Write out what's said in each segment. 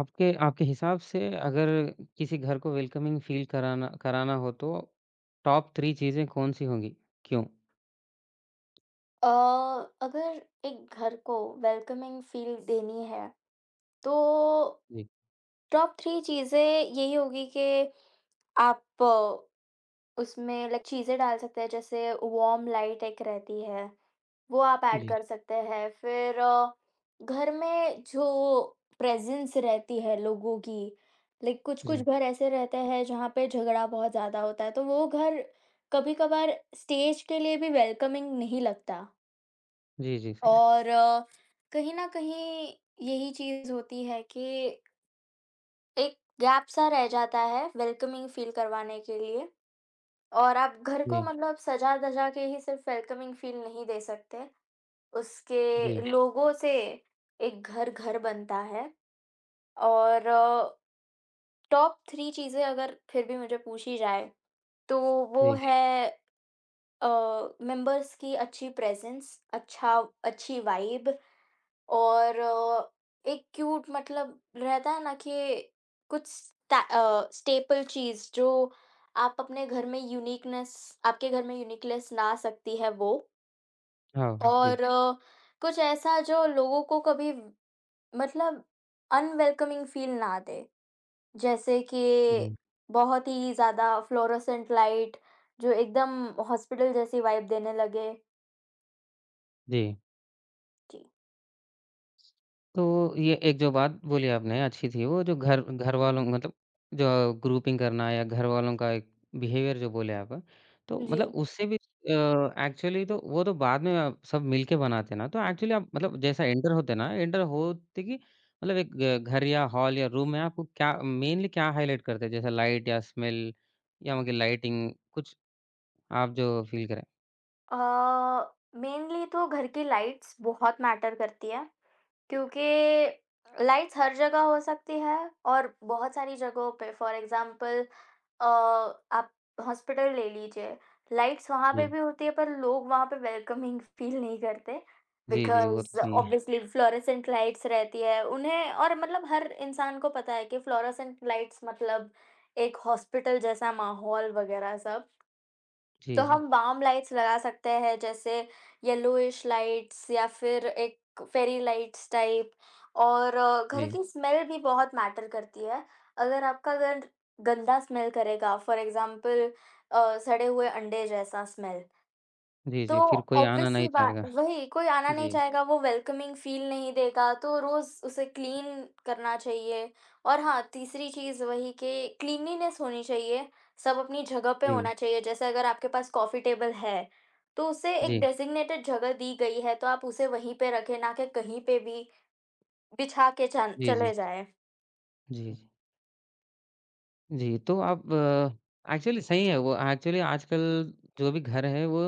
आपके आपके हिसाब से अगर किसी घर को वेलकमिंग फ़ील कराना कराना हो तो टॉप 3 चीज़ें कौन-सी होंगी? क्यों? अ, अगर एक घर को वेलकमिंग फील देनी है तो जी, टॉप 3 चीज़ें यही होगी कि आप उसमें लाइक चीज़ें डाल सकते हैं जैसे वार्म लाइट एक रहती है वो आप ऐड जी, कर सकते हैं। फिर घर में जो प्रेजेंस रहती है लोगों की, लाइक कुछ कुछ जी। घर ऐसे रहते हैं जहाँ पे झगड़ा बहुत ज़्यादा होता है तो वो घर कभी कभार स्टेज के लिए भी वेलकमिंग नहीं लगता। जी, जी, और कहीं न कहीं यही चीज़ होती है कि एक गैप-सा रह जाता है वेलकमिंग फ़ील करवाने के लिए। और आप घर को जी, मतलब सजा-धजा के ही सिर्फ़ वेलकमिंग फ़ील नहीं दे सकते। उसके, जी, जी, लोगों से एक घर घर बनता है। और टॉप 3 चीज़ें अगर फिर भी मुझे पूछी जाए, तो वो, जी, जी, है। अ, मेंबर्स की अच्छी प्रेज़ेंस, अच्छी वाइब और एक क्यूट मतलब रहता है ना कि कुछ स्टेपल चीज़ जो आप अपने घर में यूनिकनेस आपके घर में यूनिकनेस ला सकती है वो। हाँ, और जी, कुछ ऐसा जो लोगों को कभी मतलब अनवेलकमिंग फ़ील ना दे। जैसे जी, कि बहुत ही ज़्यादा फ्लोरोसेंट लाइट जो एकदम हॉस्पिटल जैसी वाइब देने लगे। जी। जी। तो ये एक जो बात बोली आपने अच्छी थी, वो जो घर घरवालों मतलब जो ग्रुपिंग करना या घरवालों का एक बिहेवियर जो बोले आप, तो जी। मतलब उससे भी एक्चुअली तो वो तो बाद में आप सब मिलके बनाते हैं ना, तो एक्चुअली आप मतलब जैसा एंटर होते हैं ना, एंटर होते कि मतलब एक ग घर या हॉल या रूम में आपको क्या मेनली क्या हाइलाइट करते हैं? जैसे लाइट या स्मेल या मतलब लाइटिंग कुछ आप जो फील करें? अ, मेनली तो घर की लाइट्स बहुत मैटर करती है क्योंकि लाइट्स हर जगह हो सकती है और बहुत सारी जगहों पे फॉर एग्जांपल आप हॉस्पिटल ले लीजिए, लाइट्स वहाँ पे जी। भी होती है पर लोग वहाँ पे वेलकमिंग फील नहीं करते जी, जी, वो तो बिकॉज़ सही है। ऑब्वियसली फ्लोरेसेंट लाइट्स रहती है उन्हें और मतलब हर इंसान को पता है कि फ्लोरेसेंट लाइट्स मतलब एक हॉस्पिटल जैसा माहौल वगैरह सब। तो जी, जी। हम वार्म लाइट्स लगा सकते हैं, जैसे येलोइश लाइट्स या फिर एक फेरी लाइट्स टाइप, और घर जी। की स्मेल भी बहुत मैटर करती है। अगर आपका घर गंदा स्मेल करेगा, फॉर एग्ज़ाम्पल सड़े हुए अंडे जैसा स्मेल, जी, तो जी, फिर कोई आना ऑब्वियसली नहीं बात चाहेगा। वही, कोई आना नहीं जी, चाहेगा, वो वेलकमिंग फ़ील नहीं देगा, तो रोज़ उसे क्लीन करना चाहिए। और हाँ, तीसरी चीज़ वही कि क्लीनलीनेस होनी चाहिए, सब अपनी जगह पे जी। होना चाहिए। जैसे अगर आपके पास कॉफ़ी टेबल है, तो उसे एक जी। डेज़िग्नेटेड जगह दी गई है, तो आप उसे वहीं पे रखें, ना कि कहीं पे भी बिछा के चल जी, चले जी। जाएँ। जी, जी। जी, तो आप एक्चुअली सही है, वो एक्चुअली आजकल जो भी घर है वो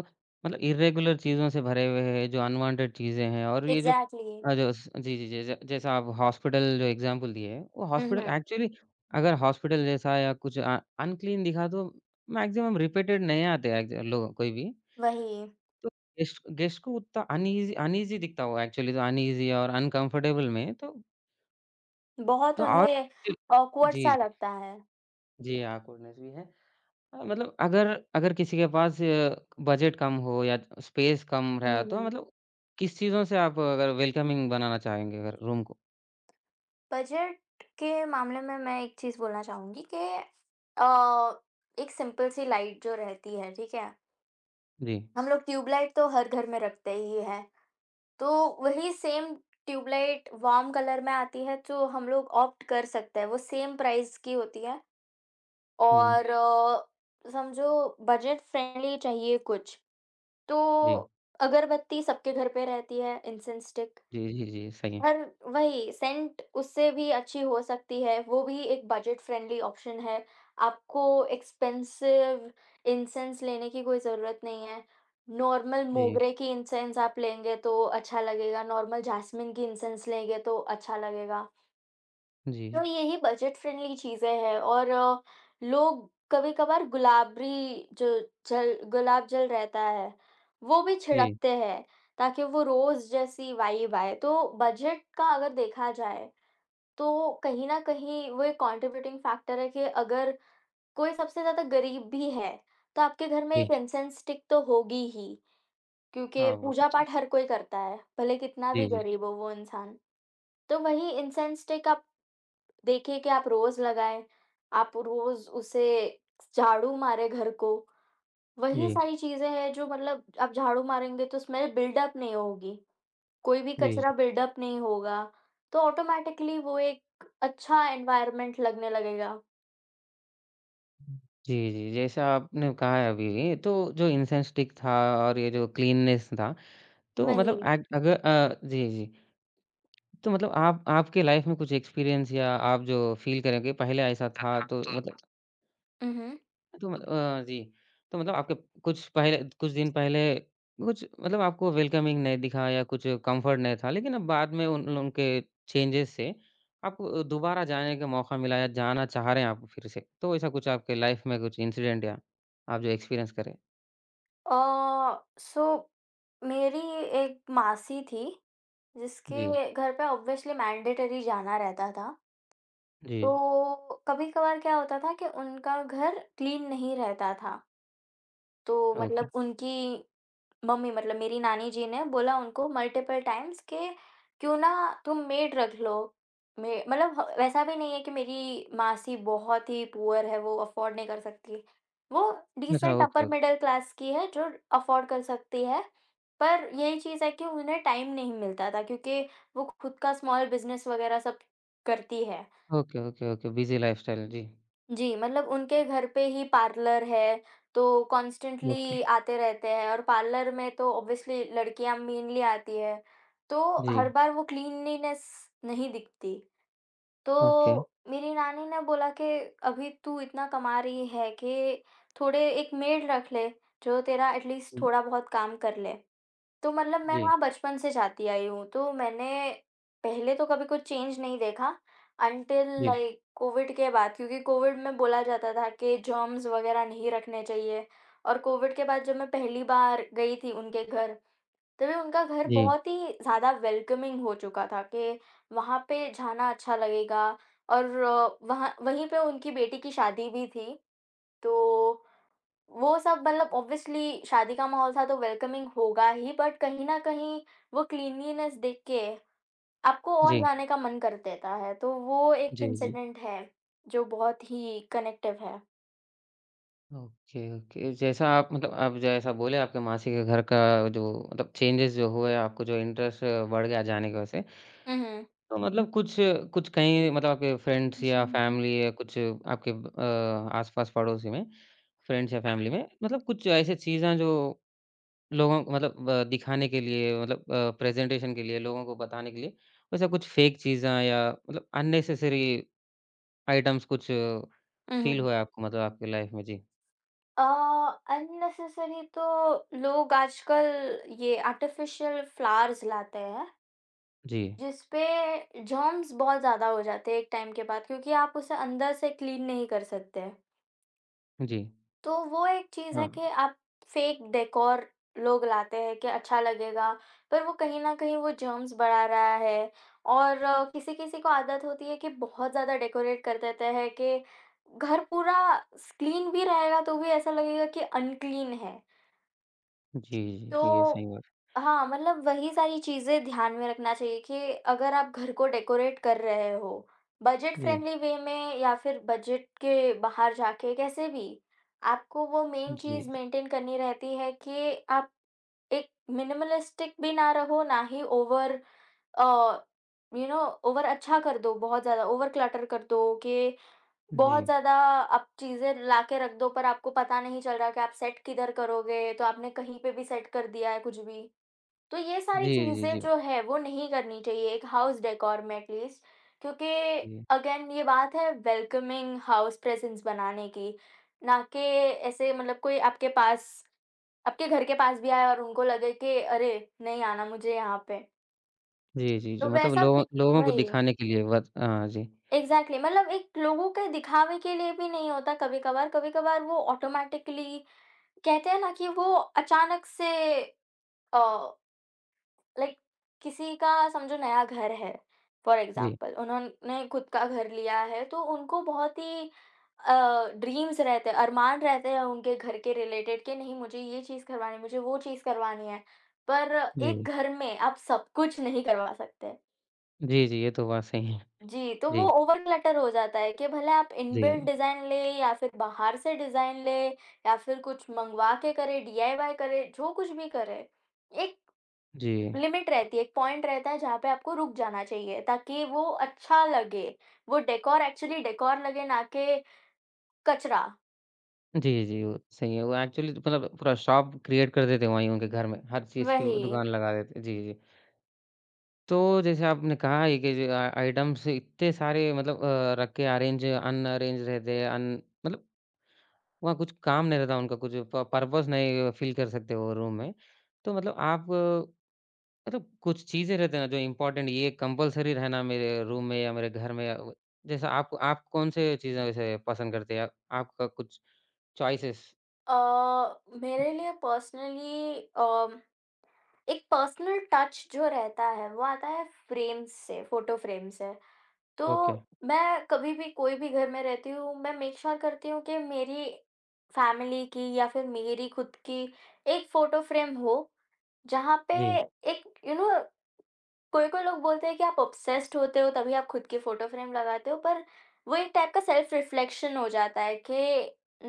मतलब इर्रेगुलर चीज़ों से भरे हुए हैं, जो अनवांटेड चीज़ें हैं और ये जो एग्ज़ैक्टली। जो स जी, जी, जी, ज जैसा आप हॉस्पिटल जो एग्ज़ाम्पल दिए हैं, वो हुँ, हॉस्पिटल हुँ। एक्चुअली अगर हॉस्पिटल जैसा या कुछ अनक्लीन दिखा तो मैक्सिमम रिपीटेड नहीं आते हैं एक्च लोग कोई भी। वही, तो गेस्ट गेस्ट को उतना अनईज़ी अनईज़ी दिखता होगा एक्चुअली, तो अनईज़ी और अनकंफर्टेबल में तो बहुत तो और उन्हें जी, ऑकवर्ड सा जी। लगता है। जी हाँ, कूलनेस भी है। मतलब अगर अगर किसी के पास बजट कम हो या स्पेस कम रहा हुँ, तो हुँ। मतलब किस चीज़ों से आप अगर वेलकमिंग बनाना चाहेंगे अगर रूम को? बजट के मामले में मैं एक चीज़ बोलना चाहूँगी कि अ, एक सिंपल सी लाइट जो रहती है, ठीक है? जी, हम लोग ट्यूबलाइट तो हर घर में रखते ही हैं, तो वही सेम ट्यूबलाइट वार्म कलर में आती है जो हम लोग ऑप्ट कर सकते हैं, वो सेम प्राइस की होती है। जी, और समझो बजट फ्रेंडली चाहिए कुछ, तो जी, अगरबत्ती सबके घर पे रहती है, इंसेंस स्टिक। जी, जी, जी, सही है। और वही सेंट उससे भी अच्छी हो सकती है, वो भी एक बजट फ्रेंडली ऑप्शन है। आपको एक्सपेंसिव इंसेंस लेने की कोई ज़रूरत नहीं है। नॉर्मल जी, मोगरे की इंसेंस आप लेंगे तो अच्छा लगेगा, नॉर्मल जैस्मिन की इंसेंस लेंगे तो अच्छा लगेगा। तो जी, यही बजट फ्रेंडली चीज़ें हैं, और लोग कभी-कभार गुलाबरी जो जल, गुलाब जल रहता है, वो भी जी, छिड़कते हैं, ताकि वो रोज़ जैसी वाइब आए। तो बजट का अगर देखा जाए, तो कहीं न कहीं वो एक कंट्रीब्यूटिंग फैक्टर है कि अगर कोई सबसे ज़्यादा गरीब भी है, तो आपके घर में एक जी। इंसेंस स्टिक तो होगी ही, क्योंकि हाँ, वो तो है। पूजा-पाठ हर कोई करता है, भले कितना भी जी, जी, गरीब हो वो इंसान। तो वही इंसेंस स्टिक आप देखिए कि आप रोज़ लगाएँ, आप रोज़ उसे झाड़ू मारें घर को, वही जी, सारी चीज़ें हैं जो मतलब आप झाड़ू मारेंगे तो स्मेल बिल्डअप नहीं होगी, कोई भी जी, कचरा जी। बिल्डअप नहीं होगा, तो ऑटोमैटिकली वो एक अच्छा एनवायरनमेंट लगने लगेगा। जी, जी, जैसा आपने कहा है अभी, तो जो इंसेंस स्टिक था और ये जो क्लीननेस था, तो मतलब वही। अग अगर जी, जी। तो मतलब आप आपके लाइफ में कुछ एक्सपीरियंस या आप जो फ़ील करें कि पहले ऐसा था तो मतलब हुँ, हुँ। तो मत अ, जी। तो मतलब आपके कुछ पहले कुछ दिन पहले कुछ मतलब आपको वेलकमिंग नहीं दिखा या कुछ कम्फ़र्ट नहीं था, लेकिन अब बाद में उन उनके चेंजेज़ से आपको दोबारा जाने का मौका मिला या जाना चाह रहे हैं आप फिर से। तो ऐसा कुछ आपके लाइफ में कुछ इंसिडेंट या आप जो एक्सपीरियंस करें? सो मेरी एक मासी थी, जी, जिसके घर पे ऑब्वियसली मैंडेटरी जाना रहता था, जी, जी। तो कभी-कभार क्या होता था कि उनका घर क्लीन नहीं रहता था। तो ओके। मतलब उनकी मम्मी मतलब मेरी नानी जी ने बोला उनको मल्टीपल टाइम्स कि क्यों ना तुम मेड रख लो। मे मतलब ह वैसा भी नहीं है कि मेरी मासी बहुत ही पुअर है, वो अफ़ोर्ड नहीं कर सकती। वो अच्छा decent upper okay, middle class की है जो अफ़ोर्ड कर सकती है। पर यही चीज़ है कि उन्हें टाइम नहीं मिलता था क्योंकि वो खुद का स्मॉल बिज़नेस वग़ैरह सब करती है। Okay, okay, okay, okay, busy lifestyle, जी। जी, मतलब उनके घर पे ही पार्लर है, तो ओके, कॉन्स्टेंटली आते रहते हैं और पार्लर में तो ऑब्वियसली लड़कियाँ मेनली आती है, तो हर जी, बार वो क्लीनलीनेस नहीं दिखती। ओके। तो मेरी नानी ने बोला कि अभी तू इतना कमा रही है कि थोड़े एक मेड रख ले, जो तेरा एटलीस्ट हुँ, थोड़ा बहुत काम कर ले। तो मतलब मैं जी। वहाँ बचपन से जाती आई हूँ, तो मैंने पहले तो कभी कुछ चेंज नहीं देखा अंटिल जी, लाइक कोविड के बाद, क्योंकि कोविड में बोला जाता था कि जर्म्स वग़ैरह नहीं रखने चाहिए। और कोविड के बाद जब मैं पहली बार गई थी उनके घर, तभी उनका घर जी, बहुत ही ज़्यादा वेलकमिंग हो चुका था कि वहाँ पे जाना अच्छा लगेगा। और वहाँ वहीं पे उनकी बेटी की शादी भी थी, तो वो सब मतलब ऑब्वियसली शादी का माहौल था तो वेलकमिंग होगा ही, बट कहीं न कहीं वो क्लीनलीनेस देख के आपको और जी, जाने का मन कर देता है, तो वो एक जी, जी। इंसिडेंट है, जो बहुत ही कनेक्टिव है। Okay, okay. जैसा आप मतलब आप जैसा बोले आपके मासी के घर का जो मतलब चेंजेज़ जो हुए आपको जो इंटरेस्ट बढ़ गया जाने की वजह से, हुँ, हुँ। तो मतलब कुछ कुछ कहीं मतलब आपके फ्रेंड्स या फैमिली या कुछ आपके आस-पास पड़ोसी में, फ्रेंड्स या फैमिली में मतलब कुछ ऐसी चीज़ें जो लोगों को मतलब दिखाने के लिए मतलब प्रेज़ेंटेशन के लिए लोगों को बताने के लिए, वैसा कुछ फ़ेक चीज़ें या मतलब अननेसेसरी आइटम्स कुछ हुँ, फ़ील हुँ। हुआ है आपको मतलब आपकी लाइफ़ में? जी। अ, अननेसेसरी तो लोग आजकल ये आर्टिफ़िशियल फ्लावर्स लाते हैं, जी, जिसपे जर्म्स बहुत ज़्यादा हो जाते हैं एक टाइम के बाद, क्योंकि आप उसे अंदर से क्लीन नहीं कर सकते। जी। तो वो एक चीज़ है हाँ। कि आप फेक डेकोर लोग लाते हैं कि अच्छा लगेगा, पर वो कहीं न कहीं वो जर्म्स बढ़ा रहा है। और किसी-किसी को आदत होती है कि बहुत ज़्यादा डेकोरेट कर देते हैं कि घर पूरा स क्लीन भी रहेगा तो भी ऐसा लगेगा कि अनक्लीन है। जी, जी, जी, ये तो सही बात हाँ, मतलब वही सारी चीज़ें ध्यान में रखना चाहिए कि अगर आप घर को डेकोरेट कर रहे हो, बजट है। जी, फ्रेंडली वे में या फिर बजट के बाहर जाके कैसे भी, आपको वो मेन जी, चीज़ मेंटेन करनी रहती है कि आप एक मिनिमलिस्टिक भी ना रहो, ना ही over a, you know over अच्छा कर दो, बहुत ज़्यादा ओवर क्लटर कर दो कि जी। बहुत ज़्यादा आप चीज़ें ला के रख दो पर आपको पता नहीं चल रहा कि आप सेट किधर करोगे, तो आपने कहीं पे भी सेट कर दिया है कुछ भी। तो ये सारी जी, जी, चीज़ें जी, जो है वो नहीं करनी चाहिए एक हाउस डेकोर में एटलीस्ट, क्योंकि जी। अगेन ये बात है वेलकमिंग हाउस प्रेजेंस बनाने की, ना कि ऐसे मतलब कोई आपके पास, आपके घर के पास भी आए और उनको लगे कि अरे! नहीं आना मुझे यहाँ पे। जी, जी, तो जी, मतलब वैसा लोगों फी लोगों को वही, दिखाने के लिए बस, हाँ जी। एग्ज़ैक्टली, मतलब एक लोगों के दिखावे के लिए भी नहीं होता कभी-कभार, कभी-कभार वो ऑटोमैटिकली कहते हैं ना कि वो अचानक से अ, लाइक किसी का समझो नया घर है, फॉर जी, एग्ज़ाम्पल उन्होंने खुद का घर लिया है तो उनको बहुत ही अ, ड्रीम्स रहते हैं, अरमान रहते हैं उनके घर के रिलेटेड कि नहीं मुझे ये चीज़ करवानी है, मुझे वो चीज़ करवानी है। पर एक जी। घर में आप सब कुछ नहीं करवा सकते। जी, जी, ये तो बात सही है। जी, तो वो जी, ओवरक्लटर हो जाता है कि भले आप इनबिल्ट जी, डिज़ाइन लें या फिर बाहर से डिज़ाइन लें या फिर कुछ मँगवा के करें, डीआईवाई करें, जो कुछ भी करें, एक जी। लिमिट रहती है, एक पॉइंट रहता है जहाँ पे आपको रुक जाना चाहिए ताकि वो अच्छा लगे। वो डेकोर एक्चुअली डेकोर लगे, ना कि कचरा। जी, जी, वो सही है। वो एक्चुअली तो मतलब पूरा शॉप क्रिएट कर देते हैं वहीं उनके घर में, हर चीज़ की वो वही। दुकान लगा देते हैं। जी, जी। तो जैसे आपने कहा है कि जो आ आइटम्स इतने सारे मतलब रख के अरेंज अनअरेंज रहते हैं, अन मतलब वहाँ कुछ काम नहीं रहता उनका, कुछ प पर्पस नहीं फ़ील कर सकते वो रूम में। तो मतलब आप मतलब कुछ चीज़ें रहते हैं ना जो इम्पोर्टेंट ये कंपल्सरी रहना मेरे रूम में या मेरे घर में या व जैसा आप कौन से चीज़ें वैसे पसंद करते हैं? आपका कुछ चॉइसेस? अ, मेरे लिए पर्सनली एक पर्सनल टच जो रहता है वो आता है फ्रेम्स से, फ़ोटो फ्रेम से। तो ओके। मैं कभी भी कोई भी घर में रहती हूँ, मैं मेक श्योर करती हूँ कि मेरी फैमिली की या फिर मेरी खुद की एक फ़ोटो फ्रेम हो, जहाँ पे जी। एक यू नो कोई-कोई लोग बोलते हैं कि आप ऑब्सेस्ड होते हो तभी आप खुद की फ़ोटो फ्रेम लगाते हो, पर वो एक टाइप का सेल्फ रिफ्लेक्शन हो जाता है कि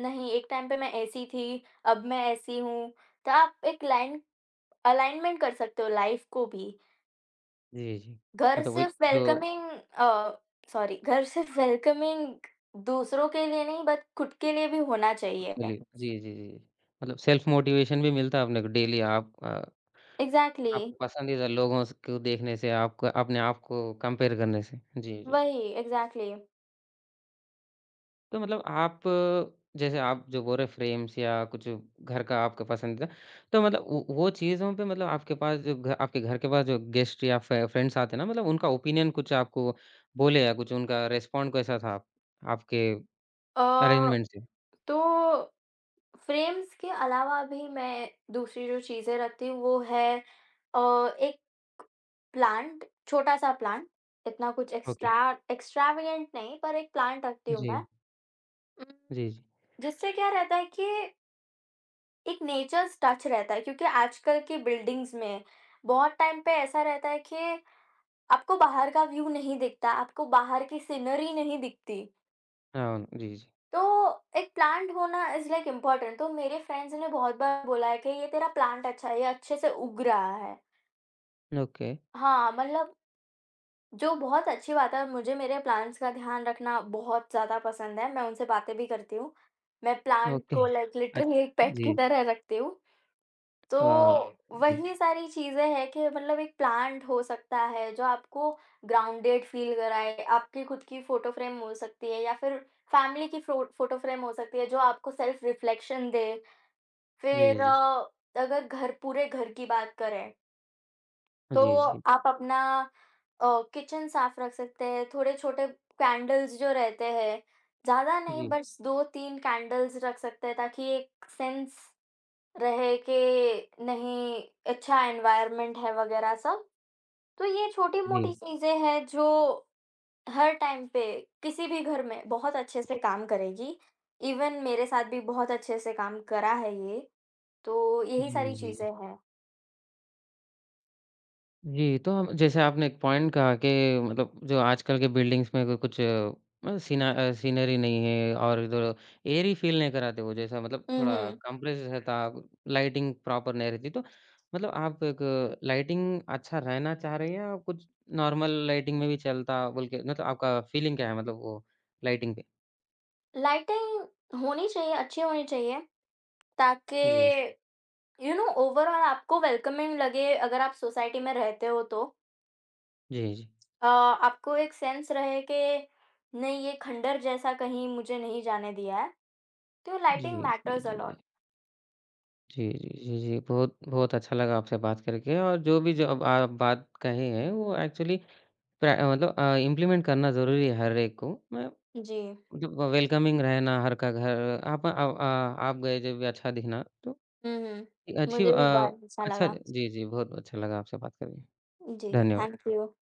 नहीं, एक टाइम पे मैं ऐसी थी, अब मैं ऐसी हूँ। तो आप एक लाइन अलाइनमेंट कर सकते हो लाइफ़ को भी। जी, जी। घर मतलब वही सिर्फ जो वेलकमिंग अ, सॉरी, घर सिर्फ वेलकमिंग दूसरों के लिए नहीं बट खुद के लिए भी होना खुद चाहिए। के लिए, जी, जी, जी। मतलब सेल्फ मोटिवेशन भी मिलता है अपने को डेली, आप अ एग्ज़ैक्टली, आपको पसंदीदा लोगों स को देखने से, आपको अपने आप को कंपेयर करने से। जी, जी। वही, एग्ज़ैक्टली। तो मतलब आप जैसे आप जो बोल रहे फ्रेम्स या कुछ घर का आपका पसंदीदा, तो मतलब वो चीज़ों पे मतलब आपके पास जो घ आपके घर के पास जो गेस्ट या फ फ्रेंड्स आते हैं ना, मतलब उनका ओपिनियन कुछ आपको बोले या कुछ उनका रिस्पॉन्ड कैसा था, आप आपके अ, अरेंजमेंट से? तो फ्रेम्स के अलावा भी मैं दूसरी जो चीज़ें रखती हूँ वो है अ, एक प्लांट, छोटा-सा प्लांट, इतना कुछ ओके। एक्स्ट्रा एक्स्ट्रावेगेंट नहीं, पर एक प्लांट रखती हूँ जी, मैं। उम, जी, जी। जिससे क्या रहता है कि एक नेचर्स टच रहता है क्योंकि आजकल के बिल्डिंग्स में बहुत टाइम पे ऐसा रहता है कि आपको बाहर का व्यू नहीं दिखता, आपको बाहर की सीनरी नहीं दिखती। हाँ, जी, जी। तो एक प्लांट होना इज़ लाइक इम्पोर्टेंट, तो मेरे फ्रेंड्स ने बहुत बार बोला है कि ये तेरा प्लांट अच्छा है, ये अच्छे से उग रहा है। ओके, हाँ, मतलब जो बहुत अच्छी बात है, मुझे मेरे प्लांट्स का ध्यान रखना बहुत ज़्यादा पसंद है, मैं उनसे बातें भी करती हूँ। मैं प्लांट ओके। को लाइक लिटरली एक अच्छा पेट की जी, तरह रखती हूँ। तो वाह! जी, वही सारी चीज़ें हैं कि मतलब एक प्लांट हो सकता है जो आपको ग्राउंडेड फील कराए, आपकी खुद की फ़ोटो फ्रेम हो सकती है या फिर फैमिली की फ़्रो फ़ोटो फ्रेम हो सकती है जो आपको सेल्फ रिफ्लेक्शन दे। फिर जी, जी। अगर घर, पूरे घर की बात करें, तो जी, जी। आप अपना अ, किचन साफ रख सकते हैं, थोड़े छोटे कैंडल्स जो रहते हैं, ज़्यादा नहीं जी। बस 2-3 कैंडल्स रख सकते हैं ताकि एक सेंस रहे कि नहीं, अच्छा एनवायरनमेंट है वगैरह सब। तो ये छोटी-मोटी जी। चीज़ें हैं जो हर टाइम पे किसी भी घर में बहुत अच्छे से काम करेगी। इवन मेरे साथ भी बहुत अच्छे से काम करा है ये, तो यही सारी जी, जी, चीज़ें जी। हैं। जी, तो हम जैसे आपने एक पॉइंट कहा कि मतलब जो आजकल के बिल्डिंग्स में क कुछ मतलब सीनरी नहीं है और इधर एयरी फील नहीं कराते, वो जैसा मतलब हुँ, थोड़ा हुँ। कंप्रेस रहता, लाइटिंग प्रॉपर नहीं रहती। तो मतलब आप एक लाइटिंग अच्छा रहना चाह रहे हैं या कुछ नॉर्मल लाइटिंग में भी चलता बोल के, मतलब आपका फीलिंग क्या है मतलब वो लाइटिंग पे? लाइटिंग होनी चाहिए, अच्छी होनी चाहिए ताकि जी। यू नो ओवरऑल आपको वेलकमिंग लगे अगर आप सोसाइटी में रहते हो तो। जी, जी। आपको एक सेंस रहे कि नहीं, ये खंडहर जैसा कहीं मुझे नहीं जाने दिया है, तो जी, लाइटिंग जी, मैटर्स अ लॉट। जी। जी, जी, जी, जी। बहुत बहुत अच्छा लगा आपसे बात करके और जो भी जो अब आप बात कहे हैं वो एक्चुअली प्र मतलब इम्प्लीमेंट करना ज़रूरी है हर एक को। मैं जी। मतलब वेलकमिंग रहना हर का घर, आप गए जब भी अच्छा दिखना तो हुँ, हुँ। अच्छी मुझे भी अ, बहुत अच्छा अच्छा लगा। जी, जी, बहुत अच्छा लगा आपसे बात करके। जी, धन्यवाद। Thank you.